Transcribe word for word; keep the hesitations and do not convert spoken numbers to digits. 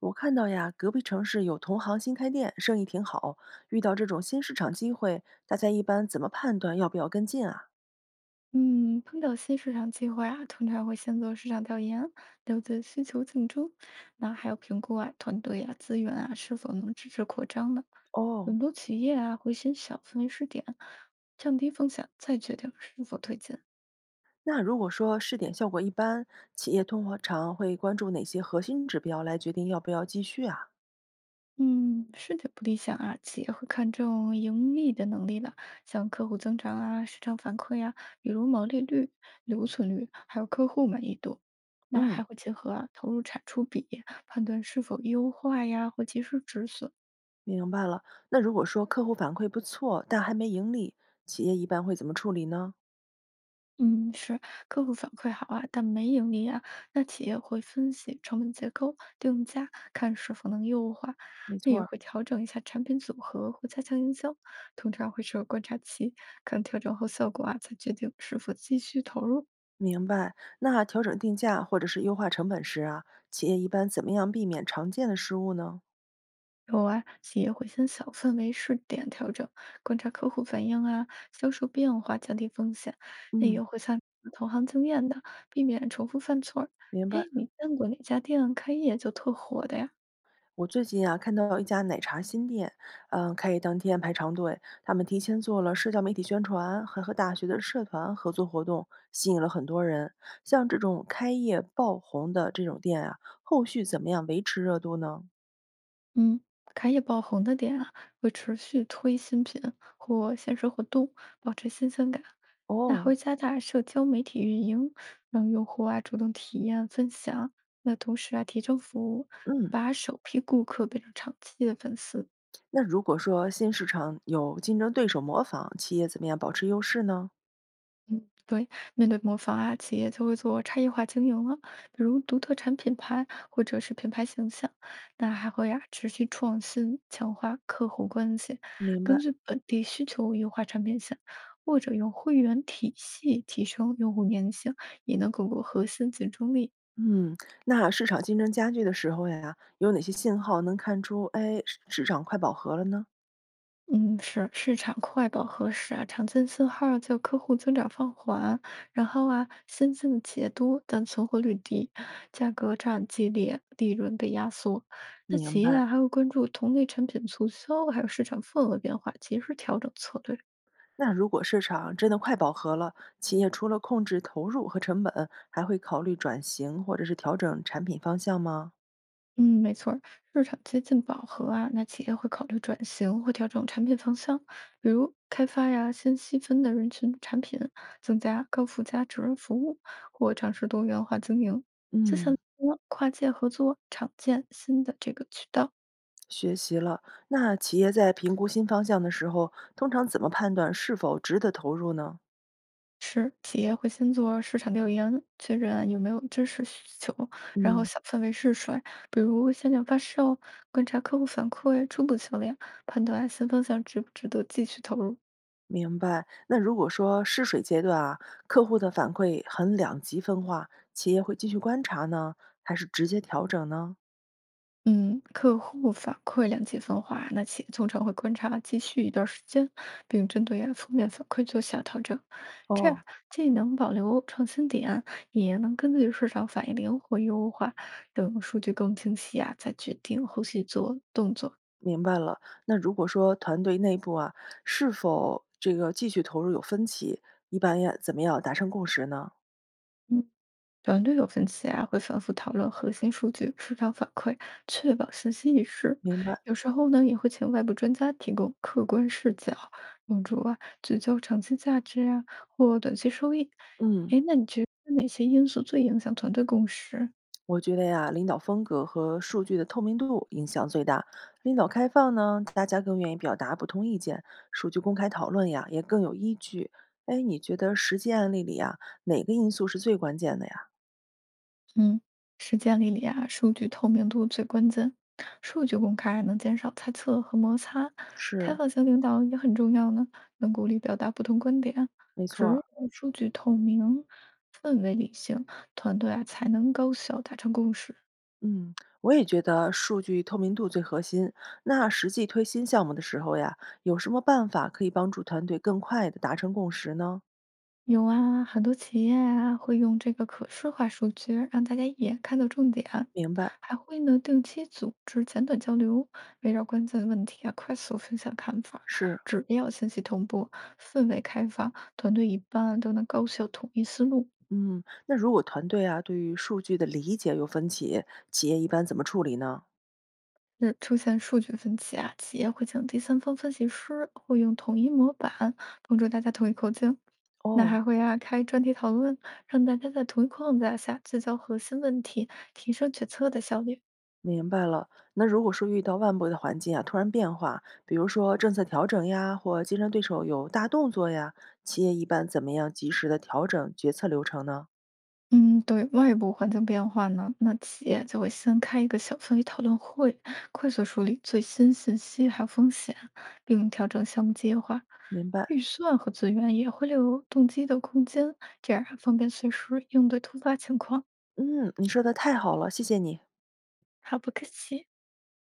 我看到呀，隔壁城市有同行新开店，生意挺好。遇到这种新市场机会，大家一般怎么判断要不要跟进啊？嗯，碰到新市场机会啊，通常会先做市场调研，了解需求竞争，那还有评估啊，团队啊，资源啊，是否能支持扩张呢？哦。很多企业啊，会先小范围试点，降低风险，再决定是否推进。那如果说试点效果一般，企业通常会关注哪些核心指标来决定要不要继续啊？嗯，是的，不理想啊，企业会看重盈利的能力了，像客户增长啊、市场反馈呀、比如毛利率、留存率，还有客户满意度。那嗯，还会结合啊投入产出比，判断是否优化呀或及时止损。明白了。那如果说客户反馈不错，但还没盈利，企业一般会怎么处理呢？嗯，是客户反馈好啊，但没盈利啊，那企业会分析成本结构、定价，看是否能优化，没那错也儿，会调整一下产品组合或加强营销，通常会设观察期，看调整后效果啊，再决定是否继续投入。明白。那调整定价或者是优化成本时啊，企业一般怎么样避免常见的失误呢？有啊，企业会先小范围试点调整，观察客户反应啊、销售变化，降低风险。那嗯，也会参考同行经验的，避免重复犯错儿。明白。哎，你见过哪家店开业就特火的呀？我最近啊，看到一家奶茶新店，嗯，开业当天排长队，他们提前做了社交媒体宣传，还和大学的社团合作活动，吸引了很多人。像这种开业爆红的这种店啊，后续怎么样维持热度呢？嗯，开业爆红的店啊，会持续推新品或限时活动，保持新鲜感。那还哦。会加大社交媒体运营，让用户啊主动体验分享。那同时啊，提升服务，嗯。把首批顾客变成长期的粉丝。那如果说新市场有竞争对手模仿，企业怎么样保持优势呢？嗯，对，面对模仿啊，企业就会做差异化经营了，比如独特产品牌或者是品牌形象，那还会呀、持续创新，强化客户关系，明根白。据本地需求优化产品线，或者用会员体系提升用户粘性，也能巩固核心竞争力。嗯，那市场竞争加剧的时候呀，有哪些信号能看出，哎，市市场快饱和了呢？嗯，是市场快饱和时啊，常见信号叫客户增长放缓，然后啊，新进的企业多，但存活率低，价格战激烈，利润被压缩。那明企业白。啊，还会关注同类产品促销，还有市场份额变化，及时调整策略。那如果市场真的快饱和了，企业除了控制投入和成本，还会考虑转型或者是调整产品方向吗？嗯，没错儿，市场接近饱和啊，那企业会考虑转型或调整产品方向，比如开发呀先细分的人群产品，增加高附加值服务，或尝试多元化经营。就像嗯，说跨界合作，常见新的这个渠道学习了。那企业在评估新方向的时候，通常怎么判断是否值得投入呢？是企业会先做市场调研，确认有没有真实需求，然后嗯，小范围试水，比如现场发售，观察客户反馈、初步销量，判断新方向值不值得继续投入。明白。那如果说试水阶段啊，客户的反馈很两极分化，企业会继续观察呢，还是直接调整呢？嗯，客户反馈两极分化，那企业通常会观察继续一段时间，并针对啊负面反馈做小调整，这样哦，既能保留创新点，也能根据市场反应灵活优化。等数据更清晰啊，再决定后续做动作。明白了。那如果说团队内部啊，是否这个继续投入有分歧，一般要怎么样达成共识呢？嗯。团队有分歧啊，会反复讨论核心数据、市场反馈，确保信息一致。明白。有时候呢，也会请外部专家提供客观视角，帮助啊聚焦长期价值啊或短期收益。嗯，哎，那你觉得哪些因素最影响团队共识？我觉得呀，领导风格和数据的透明度影响最大。领导开放呢，大家更愿意表达不同意见；数据公开讨论呀，也更有依据。哎，你觉得实际案例里啊，哪个因素是最关键的呀？嗯，实践里里啊，数据透明度最关键。数据公开能减少猜测和摩擦，开是，放型领导也很重要呢，能鼓励表达不同观点。没错只儿。有数据透明，氛围理性，团队啊才能高效达成共识。嗯，我也觉得数据透明度最核心。那实际推新项目的时候呀，有什么办法可以帮助团队更快的达成共识呢？有啊，很多企业啊会用这个可视化数据，让大家一眼看到重点，明白。还会呢定期组织简短交流，围绕关键问题啊快速分享看法儿是。只要信息同步，氛围开放，团队一般都能高效统一思路。嗯，那如果团队啊对于数据的理解有分歧，企业一般怎么处理呢？那出现数据分歧啊，企业会请第三方分析师，会用统一模板帮助大家统一口径。那哦，还会啊开专题讨论，让大家在同一框架下聚焦核心问题，提升决策的效率。明白了。那如果说遇到外部的环境啊突然变化，比如说政策调整呀，或竞争对手有大动作呀，企业一般怎么样及时的调整决策流程呢？嗯，对，外部环境变化呢，那企业就会先开一个小范围讨论会，快速梳理最新信息还有风险，并调整项目计划、明白。预算和资源，也会留有动机的空间，这样方便随时应对突发情况，嗯，你说的太好了，谢谢你。还不客气。